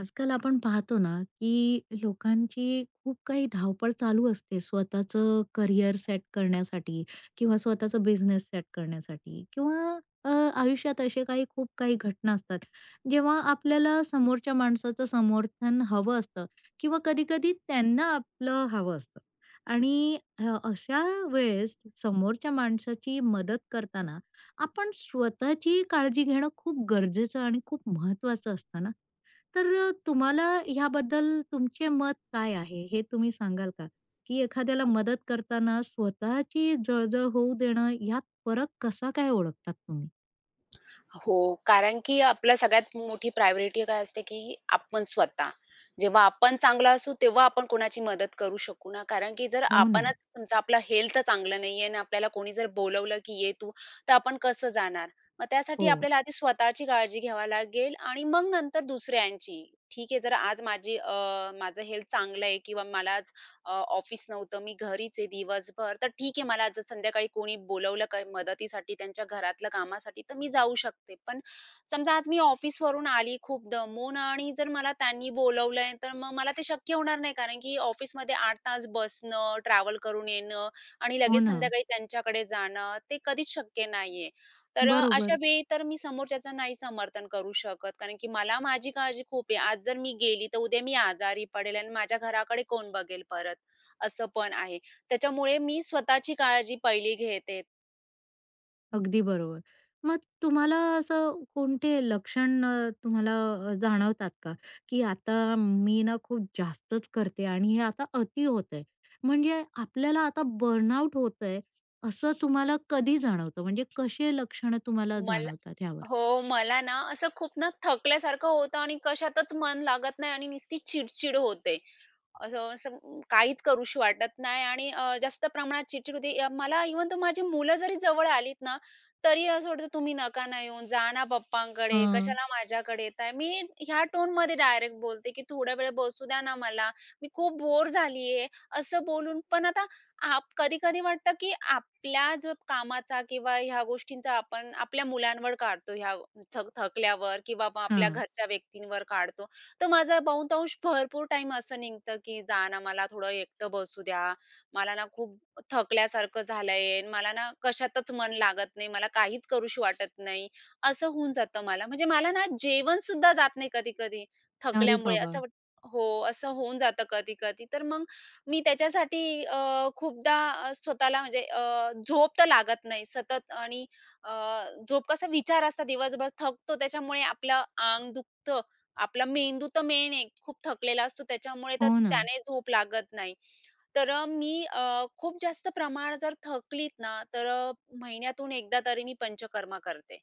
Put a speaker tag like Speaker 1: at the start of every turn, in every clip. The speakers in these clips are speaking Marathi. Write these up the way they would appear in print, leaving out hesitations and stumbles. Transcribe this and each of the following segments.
Speaker 1: आजकाल आपण पाहतो ना, की लोकांची खूप काही धावपळ चालू असते स्वतःचं करियर सेट करण्यासाठी किंवा स्वतःचा बिझनेस सेट करण्यासाठी किंवा अ, आयुष्यात असे काही खूप काही घटना असतात, जेव्हा आपल्याला समोरच्या माणसाचं समर्थन हवं असतं किंवा कधी-कधी त्यांना आपलं हवं असतं आणि अशा वेळेस समोरच्या माणसाची मदत करताना आपण स्वतःची काळजी घेणं खूप गरजेचं आणि खूप महत्वाचं असतं ना? तर तुम्हाला ह्याबद्दल तुमचे मत काय आहे, हे तुम्ही सांगाल का? की एखाद्याला मदत करताना स्वतःची जळजळ होऊ देणं, यात फरक कसा काय ओळखतात तुम्ही?
Speaker 2: हो, कारण की आपल्या सगळ्यात मोठी प्रायोरिटी काय असते, की आपण स्वतः. जेव्हा आपण चांगला असू, तेव्हा आपण कोणाची मदत करू शकू ना, कारण की जर
Speaker 1: हो ना.
Speaker 2: आपणच समजा आपला हेल्थ चांगलं नाहीये आणि आपल्याला कोणी जर बोलवलं, की "ये तू," तर आपण कसं जाणार? मग त्यासाठी
Speaker 1: हो,
Speaker 2: आपल्याला आधी स्वतःची काळजी घ्यावी लागेल आणि मग नंतर दुसऱ्यांची. ठीक आहे, जर आज माझी माझं हेल्थ चांगलं आहे किंवा मला आज अ, ऑफिस नव्हतं, मी घरीच आहे दिवसभर, तर ठीक आहे मला जर संध्याकाळी कोणी बोलावलं काही मदतीसाठी त्यांच्या घरातल्या कामासाठी तर मी जाऊ शकते. पण समजा आज मी ऑफिसवरून आली खूप दमून आणि जर मला त्यांनी बोलावलंय तर मग मला ते शक्य होणार नाही. कारण की ऑफिसमध्ये 8 तास बसणं, ट्रॅव्हल करून येणं आणि
Speaker 1: हो
Speaker 2: लगेच
Speaker 1: ना.
Speaker 2: संध्याकाळी त्यांच्याकडे जाणं ते कधीच शक्य नाहीये. तर अशा
Speaker 1: बरोबर.
Speaker 2: वेळी तर मी समोरच्याचं नाही समर्थन करू शकत. कारण की मला माझी काळजी खूप आहे. आज जर मी गेली तर उद्या मी आजारी पडेल आणि माझ्या घराकडे कोण बघेल परत? असं पण आहे. त्याच्यामुळे मी स्वतःची काळजी पहिली घेते.
Speaker 1: अगदी बरोबर. मग तुम्हाला असं कोणते लक्षण तुम्हाला जाणवतात का? की आता मी ना खूप जास्तच करते आणि हे आता अति होतंय. म्हणजे आपल्याला आता बर्नआउट होतंय, असं तुम्हाला कधी जाणवतं? म्हणजे कसे लक्षणं तुम्हाला
Speaker 2: मला
Speaker 1: जाणवतात ह्यावर?
Speaker 2: हो, मला ना असं खूप ना थकल्यासारखं होतं आणि कशातच मन लागत नाही आणि नुसती चिडचिड होते. असं असं काहीच करूशी वाटत नाही आणि जास्त प्रमाणात चिडचिड होते. मला इव्हन तर माझी मुलं जरी जवळ आलीत ना, तरी असं वाटतं, "तुम्ही नका ना येऊन, जा ना पप्पांकडे,
Speaker 1: हां.
Speaker 2: कशाला माझ्याकडे येताय?" मी ह्या टोनमध्ये डायरेक्ट बोलते, की "थोड्या वेळ बसू द्या ना मला, मी खूप बोर झालीये." असं बोलून पण आता आप कधी-कधी वाटतं, की आपल्या जो कामाचा किंवा ह्या गोष्टींचा आपण आपल्या मुलांवर काढतो, ह्या थकल्यावर किंवा मग आपल्या
Speaker 1: हां.
Speaker 2: घरच्या व्यक्तींवर काढतो. तर माझा बहुतांश भरपूर टाईम असं निघतं, की जा ना मला थोडं एकटं बसू द्या. मला ना खूप थकल्यासारखं झालंय आणि मला ना कशातच मन लागत नाही. मला काहीच करूशी वाटत नाही. असं होऊन जातं मला. म्हणजे मला ना जेवण सुद्धा जात नाही कधी-कधी
Speaker 1: अरे
Speaker 2: थकल्यामुळे
Speaker 1: बाबा!
Speaker 2: असं वाट हो, असं होऊन जातं कधी-कधी. तर मग मी त्याच्यासाठी खूपदा स्वतःला म्हणजे झोप तर लागत नाही सतत आणि अ, झोप कसा विचार असतात दिवसभर थकतो त्याच्यामुळे आपलं अंग दुखतं आपला मेंदू तर मेन आहे. खूप थकलेला असतो त्याच्यामुळे तर
Speaker 1: हो ना.
Speaker 2: त्याने झोप लागत नाही. तर मी खूप जास्त प्रमाणात जर थकलीत ना, तर महिन्यातून एकदा तरी मी पंचकर्मा करते.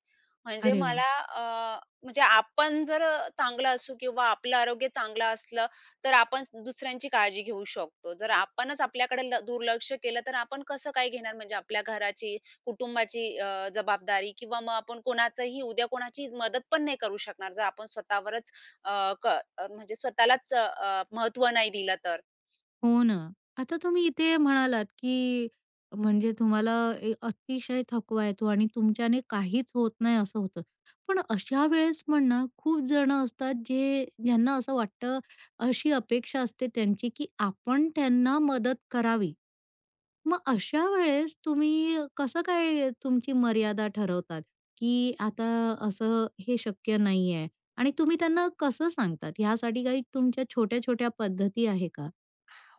Speaker 2: म्हणजे
Speaker 1: अरे वाह!
Speaker 2: मला अ, म्हणजे आपण जर चांगलं असू किंवा आपलं आरोग्य चांगलं असलं, तर आपण दुसऱ्यांची काळजी घेऊ शकतो. जर आपणच आपल्याकडे ल दुर्लक्ष केलं, तर आपण कसं काय घेणार म्हणजे आपल्या घराची, कुटुंबाची जबाबदारी किंवा मग आपण कोणाचंही उद्या कोणाची मदत पण नाही करू शकणार, जर आपण स्वतःवरच अ, क म्हणजे स्वतःलाच नाही दिलं तर.
Speaker 1: हो ना. आता तुम्ही इथे म्हणालात, की म्हणजे तुम्हाला ए अतिशय थकवा येतो आणि तुमच्याने काहीच होत नाही असं होतं. पण अशा वेळेस पण ना, खूप जणं असतात जे ज्यांना असं वाटतं, अशी अपेक्षा असते त्यांची, की आपण त्यांना मदत करावी. मग अशा वेळेस तुम्ही कसं काय तुमची मर्यादा ठरवतात, की आता असं हे शक्य नाहीये आणि तुम्ही त्यांना कसं सांगतात? ह्यासाठी काही तुमच्या छोट्या-छोट्या पद्धती आहे का?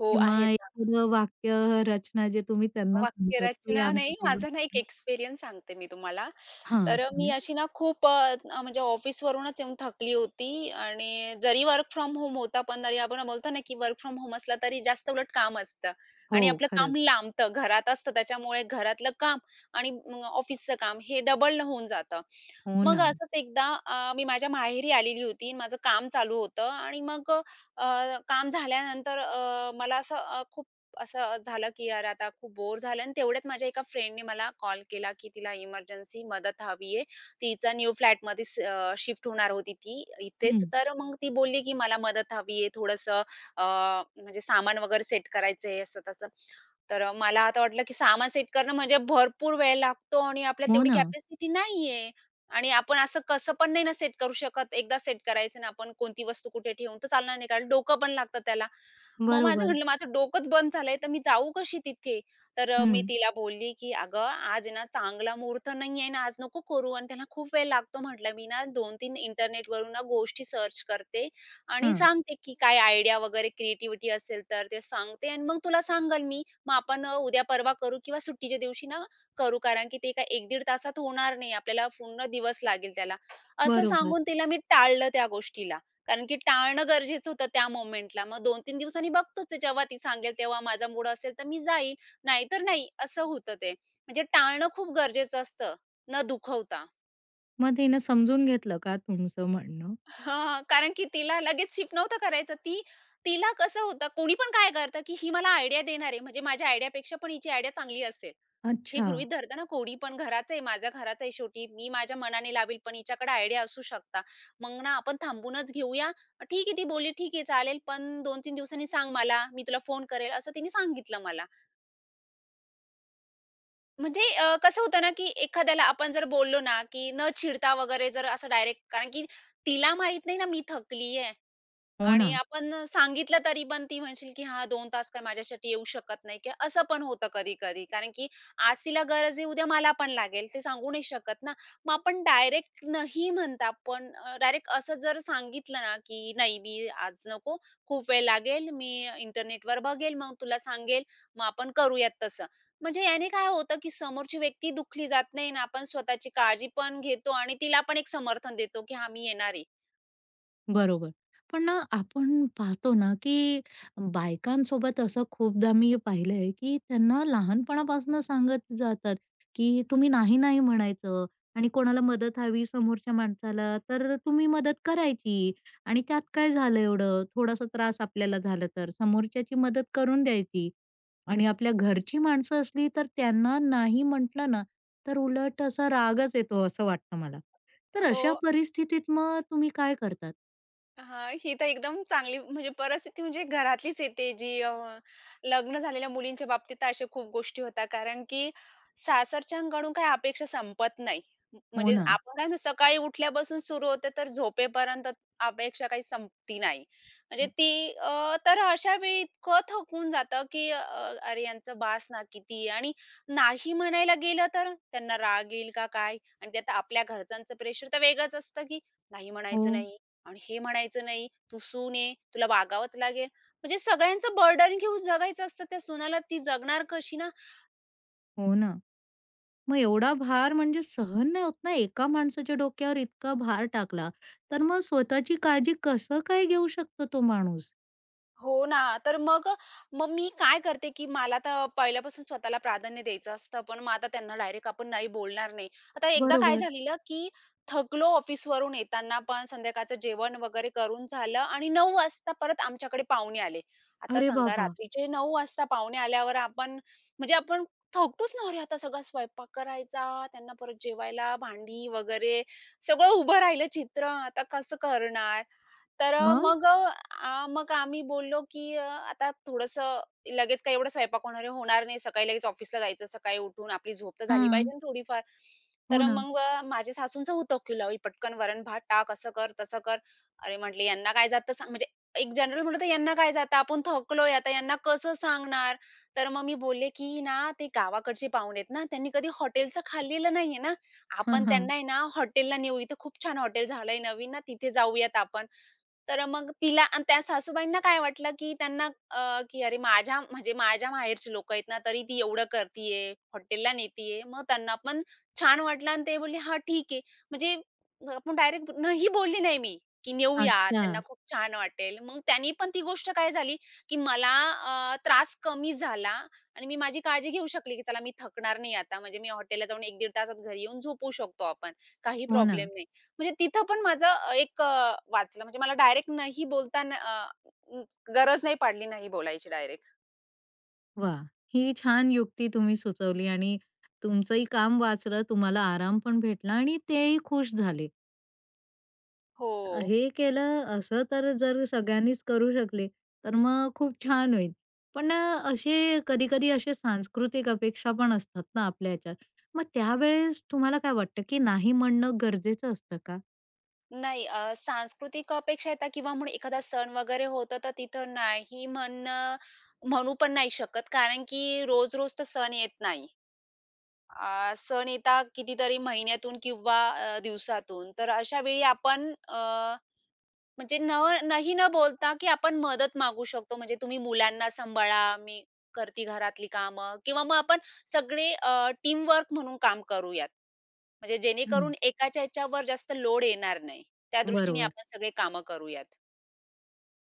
Speaker 2: हो,
Speaker 1: किंवा
Speaker 2: आहेत.
Speaker 1: एखादं वाक्य रचना जे तुम्ही त्यांना सांगतात ते
Speaker 2: वाक्यरचना नाही,
Speaker 1: आमच्यासोबत
Speaker 2: माझा ना एक एक्सपिरियन्स सांगते मी तुम्हाला.
Speaker 1: हां,
Speaker 2: तर मी
Speaker 1: सांगा.
Speaker 2: अशी ना खूप अ, अ, म्हणजे ऑफिसवरूनच येऊन थकली होती आणि जरी वर्क फ्रॉम होम होता, पण तरी आपण बोलतो ना, की वर्क फ्रॉम होम असला तरी जास्त उलट काम असतं
Speaker 1: हो,
Speaker 2: आणि आपलं काम
Speaker 1: खरंच.
Speaker 2: लांबतं, घरात असतं. त्याच्यामुळे घरातलं काम आणि ऑफिसचं काम हे डबल होऊन जातं.
Speaker 1: हो
Speaker 2: मग
Speaker 1: ना.
Speaker 2: असंच एकदा मी माझ्या माहेरी आलेली होती आणि माझं काम चालू होतं आणि मग काम झाल्यानंतर मला असं खूप असं झालं की यार आता खूप बोर झालं आणि तेवढ्यात माझ्या एका फ्रेंडने मला कॉल केला की तिला इमर्जन्सी मदत हवी आहे. तिचा न्यू फ्लॅटमध्ये शिफ्ट होणार होती ती इथेच.
Speaker 1: हं.
Speaker 2: तर मग ती बोलली की मला मदत हवी आहे थोडंसं अ, म्हणजे सामान वगैरे सेट करायचं आहे असं-तसं. तर मला आता वाटलं की सामान सेट करणं म्हणजे भरपूर वेळ लागतो आणि आपल्याला
Speaker 1: हो
Speaker 2: तेवढी
Speaker 1: ना.
Speaker 2: कॅपॅसिटी नाहीये आणि आपण असं कसं पण नाही ना सेट करू शकत. एकदा सेट करायचं ना आपण कोणती वस्तू कुठे ठेवून तर चालणार नाही कारण डोकं पण लागतं त्याला. मग माझं
Speaker 1: बरोबर.
Speaker 2: म्हटलं माझं डोकंच बंद झालंय, तर मी जाऊ कशी तिथे? तर मी
Speaker 1: हं,
Speaker 2: तिला बोलली, की "अगं, आज आहे ना चांगला मुहूर्त नाहीये ना, आज नको करू आणि त्याला खूप वेळ लागतो." म्हटलं, "मी ना 2-3 इंटरनेटवरून ना गोष्टी सर्च करते आणि
Speaker 1: हां.
Speaker 2: सांगते, की काय आयडिया वगैरे क्रिएटिव्हिटी असेल तर ते सांगते आणि मग तुला सांगेल मी. मग आपण उद्या परवा करू किंवा सुट्टीच्या दिवशी ना करू, कारण की ते काय 1-1.5 तासात होणार नाही. आपल्याला पूर्ण दिवस लागेल त्याला." असं
Speaker 1: बरोबर.
Speaker 2: सांगून तिला मी टाळलं त्या गोष्टीला. कारण की टाळणं गरजेचं होतं त्या मोमेंटला. मग दोन 3 दिवसांनी बघतोच आहे, जेव्हा ती सांगेल तेव्हा माझा मूड असेल तर मी जाईल, नाहीतर नाही असं होतं ते. म्हणजे टाळणं खूप गरजेचं असतं न दुखवता.
Speaker 1: मग तिनं समजून घेतलं का तुमचं म्हणणं?
Speaker 2: हां, कारण की तिला लगेच शिफ्ट नव्हतं करायचं. ती तिला कसं होतं कोणी पण काय करतं, की ही मला आयडिया देणार आहे म्हणजे माझ्या आयडियापेक्षा पण हिची आयडिया चांगली असेल. हे
Speaker 1: अच्छा.
Speaker 2: गृहीत धरताना कोणी पण घराचं आहे, माझ्या घराचं आहे शेवटी. मी माझ्या मनाने लावेल, पण हिच्याकडे आयडिया असू शकता. मग ना आपण थांबूनच घेऊया. ठीक आहे, ती बोलली, "ठीक आहे, चालेल, पण 2-3 दिवसांनी सांग मला, मी तुला फोन करेल," असं तिने सांगितलं मला. म्हणजे कसं होतं ना, की एखाद्याला आपण जर बोललो ना, की न चिडता वगैरे जर असं डायरेक्ट कारण की तिला माहीत नाही ना, मी थकली
Speaker 1: हो
Speaker 2: आणि
Speaker 1: ना.
Speaker 2: आपण सांगितलं तरी पण ती म्हणशील, की "हां, 2 तास काय माझ्यासाठी येऊ शकत नाही" किंवा असं पण होतं कधी-कधी. कारण की आज तिला गरज आहे, उद्या मला पण लागेल, ते सांगू नाही शकत ना. मग आपण डायरेक्ट नाही म्हणता आपण डायरेक्ट असं जर सांगितलं ना, की "नाही, मी आज नको, खूप वेळ लागेल, मी इंटरनेटवर बघेल, मग तुला सांगेल, मग आपण करूयात तसं." म्हणजे याने काय होतं, की समोरची व्यक्ती दुखली जात नाही आणि आपण स्वतःची काळजी पण घेतो आणि तिला पण एक समर्थन देतो, की "हां, मी येणार आहे."
Speaker 1: बरोबर. पण ना, आपण पाहतो ना, की बायकांसोबत असं खूपदा मी पाहिलंय, की त्यांना लहानपणापासून सांगत जातात, की तुम्ही नाही, नाही म्हणायचं आणि कोणाला मदत हवी समोरच्या माणसाला, तर तुम्ही मदत करायची आणि त्यात काय झालं एवढं? थोडासा त्रास आपल्याला झाला तर समोरच्याची मदत करून द्यायची. आणि आपल्या घरची माणसं असली, तर त्यांना नाही म्हटलं ना, तर उलट असा रागच येतो असं वाटतं मला. तर
Speaker 2: हो.
Speaker 1: अशा परिस्थितीत मग तुम्ही काय करतात?
Speaker 2: हां, ही तर एकदम चांगली म्हणजे परिस्थिती म्हणजे घरातलीच येते जी लग्न झालेल्या मुलींच्या बाबतीत तर अशा खूप गोष्टी होतात. कारण की सासरच्यांकडून काही अपेक्षा संपत नाही.
Speaker 1: हो
Speaker 2: म्हणजे
Speaker 1: ना.
Speaker 2: आपण काय ना सकाळी उठल्यापासून सुरू होते तर झोपेपर्यंत अपेक्षा काही संपती नाही. म्हणजे ती तर अशा वेळी इतकं थकून जातं, की अरे यांचं बास ना किती आणि नाही म्हणायला गेलं तर त्यांना राग येईल का काय? आणि त्यात आपल्या घरच्यांचं प्रेशर तर वेगळंच असतं, की नाही
Speaker 1: हो,
Speaker 2: म्हणायचं नाही. आणि हे म्हणायचं नाही, "तू सून आहे, तुला वागावंच लागेल." म्हणजे सगळ्यांचं बर्डन घेऊन जगायचं असतं. त्या सुनाला ती जगणार कशी ना?
Speaker 1: हो ना. मग एवढा भार म्हणजे सहन नाही होत ना, एका माणसाच्या डोक्यावर इतका भार टाकला, तर मग स्वतःची काळजी कसं काय घेऊ शकतो तो माणूस?
Speaker 2: हो ना. तर मग मग मी काय करते, की मला तर पहिल्यापासून स्वतःला प्राधान्य द्यायचं असतं. पण मग आता त्यांना डायरेक्ट आपण नाही बोलणार नाही. आता एकदा काय
Speaker 1: बरोबर.
Speaker 2: झालेलं, की थकलो ऑफिसवरून येताना पण संध्याकाळचं जेवण वगैरे करून झालं आणि 9:00 वाजता परत आमच्याकडे पाहुणे आले. आता
Speaker 1: अरे
Speaker 2: सांगा
Speaker 1: बाबा!
Speaker 2: रात्रीचे 9:00 वाजता पाहुणे आल्यावर आपण म्हणजे आपण थकतोच ना. अरे, आता सगळा स्वयंपाक करायचा, त्यांना परत जेवायला, भांडी वगैरे सगळं उभं राहिलं चित्र. आता कसं करणार? तर
Speaker 1: मग?
Speaker 2: मग आम्ही बोललो, की आता थोडंसं लगेच काय एवढं स्वयंपाक होणार आहे, होणार नाही. सकाळी लगेच ऑफिसला जायचं, सकाळी उठून आपली झोप तर झाली पाहिजे
Speaker 1: हां.
Speaker 2: ना थोडीफार.
Speaker 1: हो
Speaker 2: तर
Speaker 1: ना.
Speaker 2: मग माझ्या सासूंचं होतं, की "लावी पटकन वरण-भात टाक, असं कर, तसं कर." अरे म्हटले, "यांना काय जातं सांग?" म्हणजे एक जनरल म्हटलं, तर "यांना काय जातं? आपण थकलोय आता, यांना कसं सांगणार?" तर मग मी बोलले, की ना "ते गावाकडचे पाहुणे आहेत ना, त्यांनी कधी हॉटेलचं खाल्लेलं नाहीये ना.
Speaker 1: हां,
Speaker 2: आपण
Speaker 1: हां.
Speaker 2: त्यांना आहे ना, हॉटेलला नेऊ. इथं खूप छान हॉटेल झालंय नवीन ना, तिथे जाऊयात आपण." तर मग तिला आणि त्या सासूबाईंना काय वाटलं, की त्यांना की "अरे माझ्या म्हणजे माझ्या माहेरची लोकं आहेत ना, तरी ती एवढं करतीये, हॉटेलला नेतीये." मग त्यांना पण छान वाटलं आणि ते बोलले, "हां, ठीक आहे." म्हणजे आपण डायरेक्ट नाही बोलली नाही मी, की नेऊया,
Speaker 1: अच्छा.
Speaker 2: त्यांना खूप छान वाटेल. मग त्यांनी पण ती गोष्ट काय झाली, की मला त्रास कमी झाला आणि मी माझी काळजी घेऊ शकले, की चला मी थकणार नाही आता. म्हणजे मी हॉटेलला जाऊन 1-1.5 तासात घरी येऊन झोपू शकतो आपण. काही
Speaker 1: हो ना.
Speaker 2: प्रॉब्लेम नाही. म्हणजे तिथं पण माझं वाचलं म्हणजे मला डायरेक्ट नाही बोलताना अ, अ, गरज नाही पडली नाही बोलायची डायरेक्ट.
Speaker 1: वा, ही छान युक्ती तुम्ही सुचवली आणि तुमचंही काम वाचलं, तुम्हाला आराम पण भेटला आणि तेही खुश झाले.
Speaker 2: हो.
Speaker 1: हे केलं असं तर जर सगळ्यांनीच करू शकले, तर मग खूप छान होईल. पण असे कधी-कधी असे सांस्कृतिक अपेक्षा पण असतात ना आपल्या ह्याच्यात. मग त्यावेळेस तुम्हाला काय वाटतं, की नाही म्हणणं गरजेचं असतं का?
Speaker 2: नाही सांस्कृतिक अपेक्षा येतात किंवा म्हणून एखादा सण वगैरे होतं तर तिथं नाही म्हणणं म्हणू पण नाही शकत कारण की रोज-रोज तर सण येत नाही. सण येतात कितीतरी महिन्यातून किंवा दिवसातून. तर अशा वेळी आपण म्हणजे नाही न बोलता, की आपण मदत मागू शकतो. म्हणजे तुम्ही मुलांना सांभाळा, मी करते घरातली कामं किंवा मग आपण सगळे टीमवर्क म्हणून काम करूयात. म्हणजे
Speaker 1: हं,
Speaker 2: जेणेकरून एकाच्या ह्याच्यावर जास्त लोड येणार नाही. त्या दृष्टीने
Speaker 1: बरोबर.
Speaker 2: आपण सगळे कामं करूयात.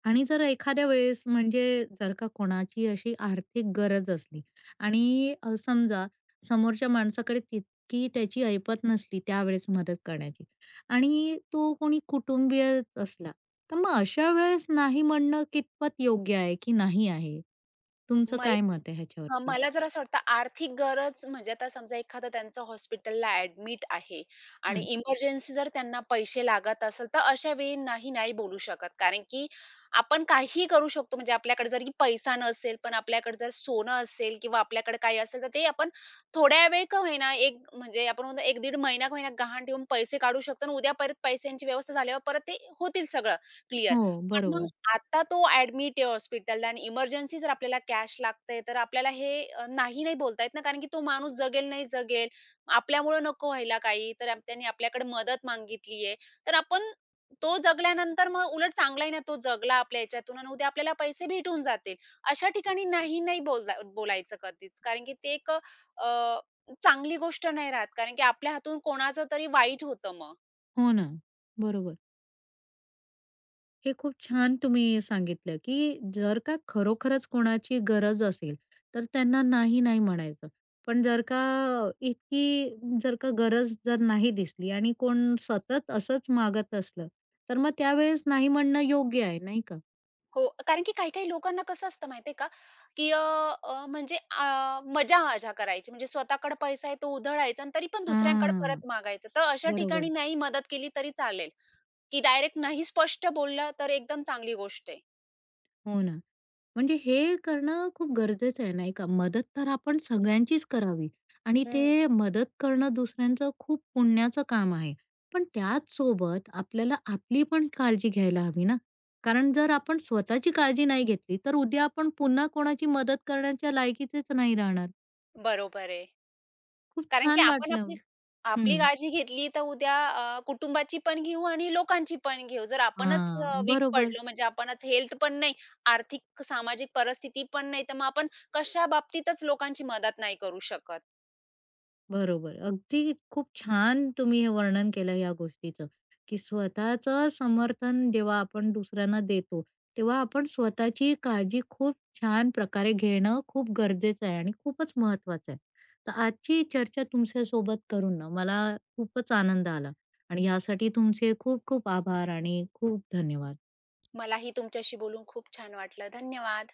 Speaker 1: आणि जर एखाद्या वेळेस म्हणजे जर का कोणाची अशी आर्थिक गरज असली आणि समजा समोरच्या माणसाकडे तितकी त्याची ऐपत नसली त्यावेळेस मदत करण्याची आणि तो कोणी कुटुंबीय असला, तर मग अशा वेळेस नाही म्हणणं कितपत योग्य आहे की नाही आहे? तुमचं
Speaker 2: मला
Speaker 1: काय मत आहे
Speaker 2: हां,
Speaker 1: ह्याच्यावरती?
Speaker 2: मला जरा असं वाटतं आर्थिक गरज म्हणजे आता समजा एखादं त्यांचं हॉस्पिटलला ॲडमिट आहे आणि
Speaker 1: हं.
Speaker 2: इमर्जन्सी जर त्यांना पैसे लागत असेल, तर अशा वेळी नाही, नाही बोलू शकत. कारण की आपण काही करू शकतो. म्हणजे आपल्याकडे जरी पैसा नसेल, पण आपल्याकडे जर सोनं असेल किंवा आपल्याकडे काही असेल, तर ते आपण थोड्या वेळ का होईना, एक म्हणजे आपण म्हणतो 1-1.5 महिना का होईना गहाण ठेवून पैसे काढू शकतो आणि उद्या परत पैशांची व्यवस्था झाल्यावर परत ते होतील सगळं क्लिअर.
Speaker 1: हो,
Speaker 2: पण मग
Speaker 1: बरोबर.
Speaker 2: आता तो ॲडमिट आहे हॉस्पिटलला आणि इमर्जन्सी जर आपल्याला कॅश लागते, तर आपल्याला हे नाही नाही बोलता येत ना, कारण की तो माणूस जगेल, नाही जगेल. आपल्यामुळं नको व्हायला काही, तर त्याने आपल्याकडे मदत मागितली आहे. तर आपण तो जगल्यानंतर मग उलट चांगला आहे ना, तो जगला आपल्या ह्याच्यातून आणि उद्या आपल्याला पैसे भेटून जातील. अशा ठिकाणी नाही नाही बोलला बोलायचं कधीच, कारण की ते एक चांगली गोष्ट नाही राहत, कारण की आपल्या हातून कोणाचं तरी वाईट होतं मग.
Speaker 1: हो ना, बरोबर. हे खूप छान तुम्ही सांगितलं, की जर का खरोखरच कोणाची गरज असेल, तर त्यांना नाही, नाही म्हणायचं. पण जर का इतकी जर का गरज जर नाही दिसली आणि कोण सतत असंच मागत असलं, तर मग त्यावेळेस नाही म्हणणं योग्य आहे, नाही का?
Speaker 2: हो, कारण की काही-काही लोकांना कसं असतं माहिती आहे का, की अ, अ, म्हणजे मजा-मजा करायची. म्हणजे स्वतःकडे पैसा आहे तो उधळायचा आणि तरी पण दुसऱ्यांकडे
Speaker 1: हं. हां,
Speaker 2: परत मागायचं. तर अशा ठिकाणी
Speaker 1: बरोबर.
Speaker 2: नाही मदत केली तरी चालेल, की डायरेक्ट नाही स्पष्ट बोललं तर एकदम चांगली गोष्ट आहे.
Speaker 1: हो ना. म्हणजे हे करणं खूप गरजेचं आहे, नाही का? मदत तर आपण सगळ्यांचीच करावी आणि ते
Speaker 2: हं,
Speaker 1: मदत करणं दुसऱ्यांचं खूप पुण्याचं काम आहे. पण त्याच सोबत आपल्याला आपली पण काळजी घ्यायला हवी ना, कारण जर आपण स्वतःची काळजी नाही घेतली, तर उद्या आपण पुन्हा कोणाची मदत करण्याच्या लायकीचेच नाही राहणार.
Speaker 2: बरोबर आहे.
Speaker 1: खूप
Speaker 2: कारण की
Speaker 1: छान
Speaker 2: आपण
Speaker 1: वाटलं.
Speaker 2: आपली
Speaker 1: हं.
Speaker 2: आपली काळजी घेतली तर उद्या कुटुंबाची पण घेऊ आणि लोकांची पण घेऊ. जर आपणच
Speaker 1: हां,
Speaker 2: वीक
Speaker 1: बरोबर.
Speaker 2: पडलो म्हणजे आपणच हेल्थ पण नाही, आर्थिक, सामाजिक परिस्थिती पण नाही, तर मग आपण कशा बाबतीतच लोकांची मदत नाही करू शकत.
Speaker 1: बरोबर. अगदी खूप छान तुम्ही हे वर्णन केलं या गोष्टीचं, की स्वतःचं समर्थन जेव्हा आपण दुसऱ्यांना देतो, तेव्हा आपण स्वतःची काळजी खूप छान प्रकारे घेणं खूप गरजेचं आहे आणि खूपच महत्वाचं आहे. तर आजची चर्चा तुमच्यासोबत करून ना मला खूपच आनंद आला आणि यासाठी तुमचे खूप खूप आभार आणि खूप धन्यवाद.
Speaker 2: मलाही तुमच्याशी बोलून खूप छान वाटलं. धन्यवाद.